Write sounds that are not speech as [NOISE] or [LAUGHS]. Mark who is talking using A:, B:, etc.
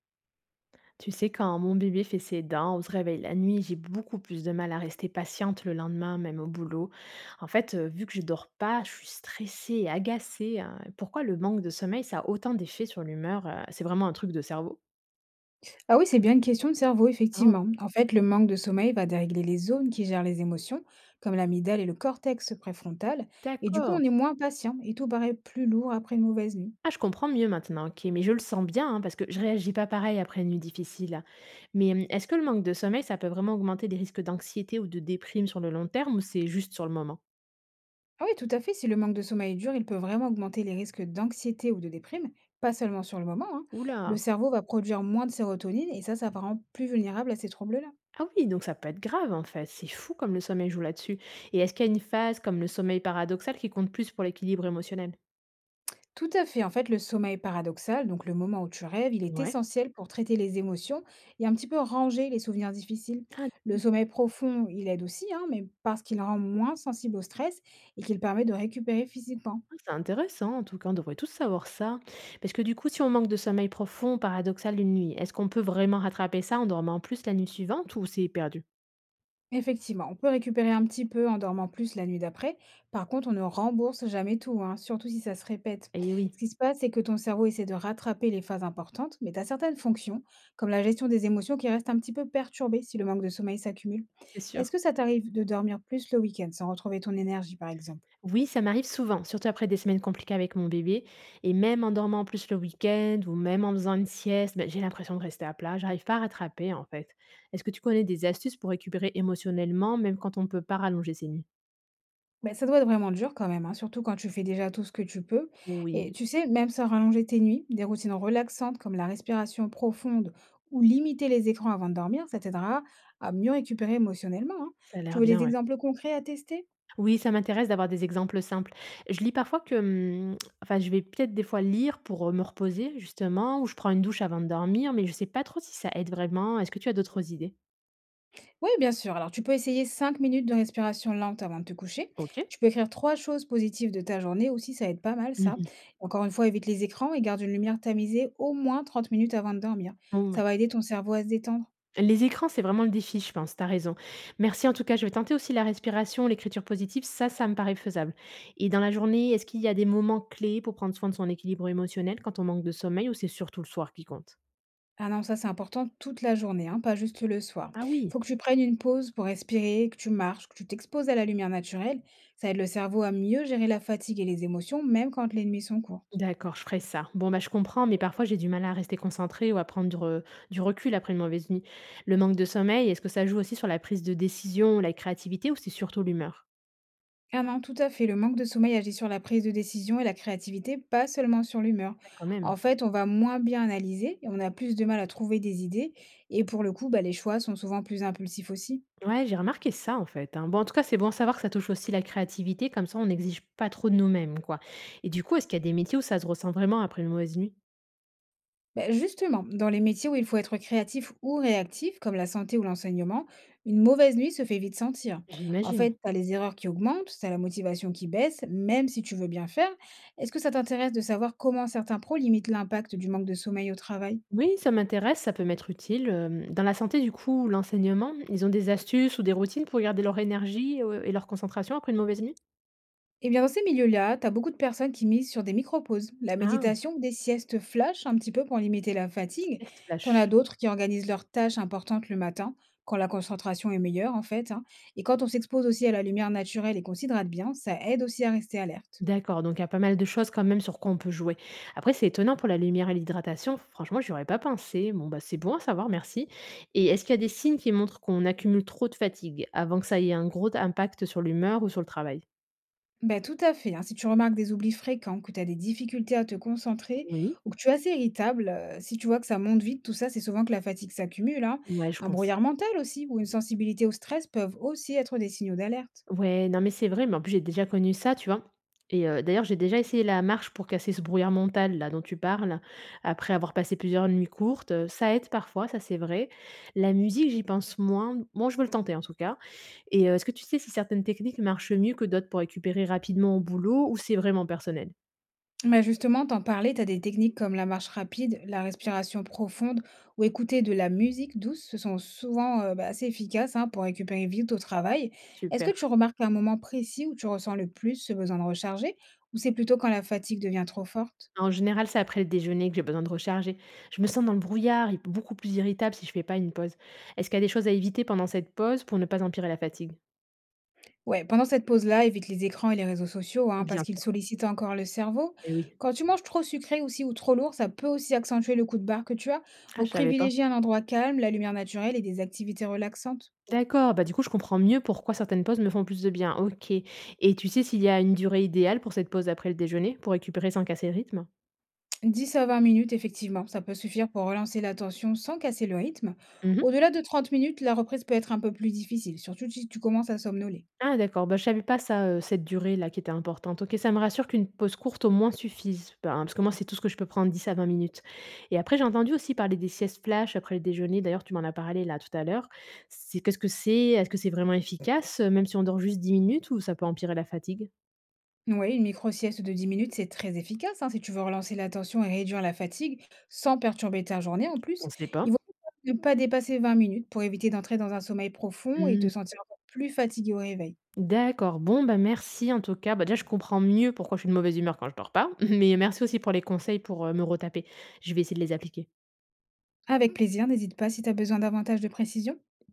A: Tu sais, quand mon bébé fait ses dents, on se réveille la nuit, j'ai beaucoup plus de mal à rester patiente le lendemain, même au boulot. En fait, vu que je dors pas, je suis stressée et agacée, hein. Pourquoi le manque de sommeil, ça a autant d'effets sur l'humeur c'est vraiment un truc de cerveau.
B: Ah oui, c'est bien une question de cerveau,
A: Ah,
B: effectivement. En fait, le manque de sommeil va dérégler les zones qui gèrent les émotions, comme l'amygdale et le cortex préfrontal, et du coup,
A: d'accord.
B: on est moins patient et tout paraît plus lourd après une mauvaise nuit.
A: Ah, je comprends mieux maintenant, ok, mais je le sens bien hein, parce que je réagis pas pareil après une nuit difficile. Mais est-ce que le manque de sommeil, ça peut vraiment augmenter les risques d'anxiété ou de déprime sur le long terme, ou c'est juste sur le moment?
B: Ah oui, tout à fait, si le manque de sommeil dure, il peut vraiment augmenter les risques d'anxiété ou de déprime, pas seulement sur le moment, hein. Le
A: Oula.
B: cerveau va produire moins de sérotonine et ça va rendre plus vulnérable à ces troubles-là.
A: Ah oui, donc ça peut être grave en fait, c'est fou comme le sommeil joue là-dessus. Et est-ce qu'il y a une phase comme le sommeil paradoxal qui compte plus pour l'équilibre émotionnel?
B: Tout à fait. En fait, le sommeil paradoxal, donc le moment où tu rêves, il est
A: Ouais.
B: essentiel pour traiter les émotions et un petit peu ranger les souvenirs difficiles.
A: Ah,
B: Le
A: d'accord.
B: sommeil profond, il aide aussi, hein, mais parce qu'il rend moins sensible au stress et qu'il permet de récupérer physiquement.
A: Ah, c'est intéressant, en tout cas, on devrait tous savoir ça. Parce que du coup, si on manque de sommeil profond, paradoxal une nuit, est-ce qu'on peut vraiment rattraper ça en dormant plus la nuit suivante, ou c'est perdu?
B: Effectivement, on peut récupérer un petit peu en dormant plus la nuit d'après. Par contre, on ne rembourse jamais tout, hein, surtout si ça se répète.
A: Eh oui,
B: Ce qui se passe, c'est que ton cerveau essaie de rattraper les phases importantes, mais tu as certaines fonctions, comme la gestion des émotions, qui restent un petit peu perturbées si le manque de sommeil s'accumule.
A: c'est
B: Est-ce
A: sûr.
B: que ça t'arrive de dormir plus le week-end sans retrouver ton énergie, par exemple?
A: Oui, ça m'arrive souvent, surtout après des semaines compliquées avec mon bébé. Et même en dormant en plus le week-end ou même en faisant une sieste, ben, j'ai l'impression de rester à plat. J'arrive pas à rattraper en fait. Est-ce que tu connais des astuces pour récupérer émotionnellement, même quand on ne peut pas rallonger ses nuits?
B: Beh, ça doit être vraiment dur quand même, hein, surtout quand tu fais déjà tout ce que tu peux. Et
A: Oui,
B: tu sais, même sans rallonger tes nuits, des routines relaxantes comme la respiration profonde ou limiter les écrans avant de dormir, ça t'aidera à mieux récupérer émotionnellement, hein.
A: ça a
B: Tu
A: l'air
B: veux
A: bien,
B: des
A: ouais.
B: exemples concrets à tester?
A: Oui, ça m'intéresse d'avoir des exemples simples. Je lis parfois que, enfin, je vais peut-être des fois lire pour me reposer justement, ou je prends une douche avant de dormir, mais je sais pas trop si ça aide vraiment. Est-ce que tu as d'autres idées?
B: Oui, bien sûr. Alors, tu peux essayer 5 minutes de respiration lente avant de te coucher.
A: Ok.
B: Tu peux écrire trois choses positives de ta journée aussi, ça aide pas mal ça.
A: Mhm.
B: Encore une fois, évite les écrans et garde une lumière tamisée au moins 30 minutes avant de dormir. Ça
A: Oui.
B: va aider ton cerveau à se détendre.
A: Les écrans, c'est vraiment le défi, je pense, t'as raison. Merci en tout cas, je vais tenter aussi la respiration, l'écriture positive, ça me paraît faisable. Et dans la journée, est-ce qu'il y a des moments clés pour prendre soin de son équilibre émotionnel quand on manque de sommeil, ou c'est surtout le soir qui compte?
B: Ah non, ça c'est important toute la journée, hein, pas juste le soir.
A: Ah oui.
B: Faut que tu prennes une pause pour respirer, que tu marches, que tu t'exposes à la lumière naturelle. Ça aide le cerveau à mieux gérer la fatigue et les émotions, même quand les nuits sont courtes.
A: D'accord, je ferai ça. Bon, bah, je comprends, mais parfois j'ai du mal à rester concentrée ou à prendre du recul après une mauvaise nuit. Le manque de sommeil, est-ce que ça joue aussi sur la prise de décision, la créativité, ou c'est surtout l'humeur?
B: Ah non, tout à fait. Le manque de sommeil agit sur la prise de décision et la créativité, pas seulement sur l'humeur.
A: Ah, quand même.
B: En fait, on va moins bien analyser et on a plus de mal à trouver des idées. Et pour le coup, bah, les choix sont souvent plus impulsifs aussi.
A: Ouais, j'ai remarqué ça en fait, hein. Bon, en tout cas, c'est bon à savoir que ça touche aussi la créativité, comme ça on n'exige pas trop de nous-mêmes, quoi. Et du coup, est-ce qu'il y a des métiers où ça se ressent vraiment après une mauvaise nuit?
B: Ben, justement, dans les métiers où il faut être créatif ou réactif, comme la santé ou l'enseignement, une mauvaise nuit se fait vite sentir. En
A: J'imagine.
B: fait, tu as les erreurs qui augmentent, tu as la motivation qui baisse, même si tu veux bien faire. Est-ce que ça t'intéresse de savoir comment certains pros limitent l'impact du manque de sommeil au travail?
A: Oui, ça m'intéresse, ça peut m'être utile. Dans la santé, du coup, ou l'enseignement, ils ont des astuces ou des routines pour garder leur énergie et leur concentration après une mauvaise nuit?
B: Eh bien, dans ces milieux-là, tu as beaucoup de personnes qui misent sur des micro-pauses, la
A: Ah, un
B: méditation ou des siestes flash un petit peu pour limiter la
A: petit
B: fatigue.
A: test
B: T'en as
A: flash.
B: d'autres qui organisent leurs tâches importantes le matin, quand la concentration est meilleure en fait, hein. Et quand on s'expose aussi à la lumière naturelle et qu'on s'hydrate bien, ça aide aussi à rester alerte.
A: D'accord, donc il y a pas mal de choses quand même sur quoi on peut jouer. Après, c'est étonnant pour la lumière et l'hydratation. Franchement, j'y aurais pas pensé. Bon, bah, c'est bon à savoir, merci. Et est-ce qu'il y a des signes qui montrent qu'on accumule trop de fatigue avant que ça ait un gros impact sur l'humeur ou sur le travail?
B: Ben tout à fait, hein. Si tu remarques des oublis fréquents, que tu as des difficultés à te concentrer
A: Oui,
B: ou que tu es assez irritable, si tu vois que ça monte vite, tout ça, c'est souvent que la fatigue s'accumule, hein.
A: ouais, je
B: Un
A: pense.
B: brouillard mental aussi ou une sensibilité au stress peuvent aussi être des signaux d'alerte.
A: Ouais, non, mais c'est vrai, mais en plus, j'ai déjà connu ça, tu vois. Et d'ailleurs, j'ai déjà essayé la marche pour casser ce brouillard mental là dont tu parles, après avoir passé plusieurs nuits courtes. Ça aide parfois, ça c'est vrai. La musique, j'y pense moins. Moi je veux le tenter en tout cas. Et est-ce que tu sais si certaines techniques marchent mieux que d'autres pour récupérer rapidement au boulot, ou c'est vraiment personnel?
B: Mais justement, t'en parlais, t'as des techniques comme la marche rapide, la respiration profonde ou écouter de la musique douce. Ce sont souvent bah, assez efficaces hein, pour récupérer vite au travail. Est-ce que
A: Super.
B: tu remarques un moment précis où tu ressens le plus ce besoin de recharger ou c'est plutôt quand la fatigue devient trop forte?
A: En général, c'est après le déjeuner que j'ai besoin de recharger. Je me sens dans le brouillard et beaucoup plus irritable si je fais pas une pause. Est-ce qu'il y a des choses à éviter pendant cette pause pour ne pas empirer la fatigue?
B: Ouais, pendant cette pause-là, évite les écrans et les réseaux sociaux hein,
A: Bien
B: parce qu'ils
A: sûr,
B: sollicitent encore le cerveau.
A: eh oui.
B: Quand tu manges trop sucré aussi ou trop lourd, ça peut aussi accentuer le coup de barre que tu as.
A: Ah,
B: Donc
A: je savais pas.
B: privilégie un endroit calme, la lumière naturelle et des activités relaxantes.
A: D'accord, bah, du coup, je comprends mieux pourquoi certaines pauses me font plus de bien. Ok, et tu sais s'il y a une durée idéale pour cette pause après le déjeuner, pour récupérer sans casser le rythme?
B: 10 à 20 minutes, effectivement, ça peut suffire pour relancer l'attention sans casser le rythme.
A: Mmh.
B: Au-delà de 30 minutes, la reprise peut être un peu plus difficile, surtout si tu commences à somnoler.
A: Ah d'accord, bah, je savais pas ça, cette durée-là qui était importante. Ok, ça me rassure qu'une pause courte au moins suffise, ben, parce que moi c'est tout ce que je peux prendre, 10 à 20 minutes, et après j'ai entendu aussi parler des siestes flash après le déjeuner, d'ailleurs tu m'en as parlé là tout à l'heure. C'est qu'est-ce que c'est? Est-ce que c'est vraiment efficace, même si on dort juste 10 minutes, ou ça peut empirer la fatigue?
B: Oui, une micro-sieste de 10 minutes, c'est très efficace hein, si tu veux relancer l'attention et réduire la fatigue sans perturber ta journée en
A: On
B: plus.
A: ne sait
B: Il vaut
A: pas.
B: mieux ne pas dépasser 20 minutes pour éviter d'entrer dans un sommeil profond et te
A: Mmh.
B: sentir encore plus fatigué au réveil.
A: D'accord, bon, bah, merci en tout cas. Bah, déjà je comprends mieux pourquoi je suis de mauvaise humeur quand je dors pas, [LAUGHS] mais merci aussi pour les conseils pour, me retaper. Je vais essayer de les appliquer.
B: Avec plaisir, n'hésite pas si tu as besoin davantage de précision.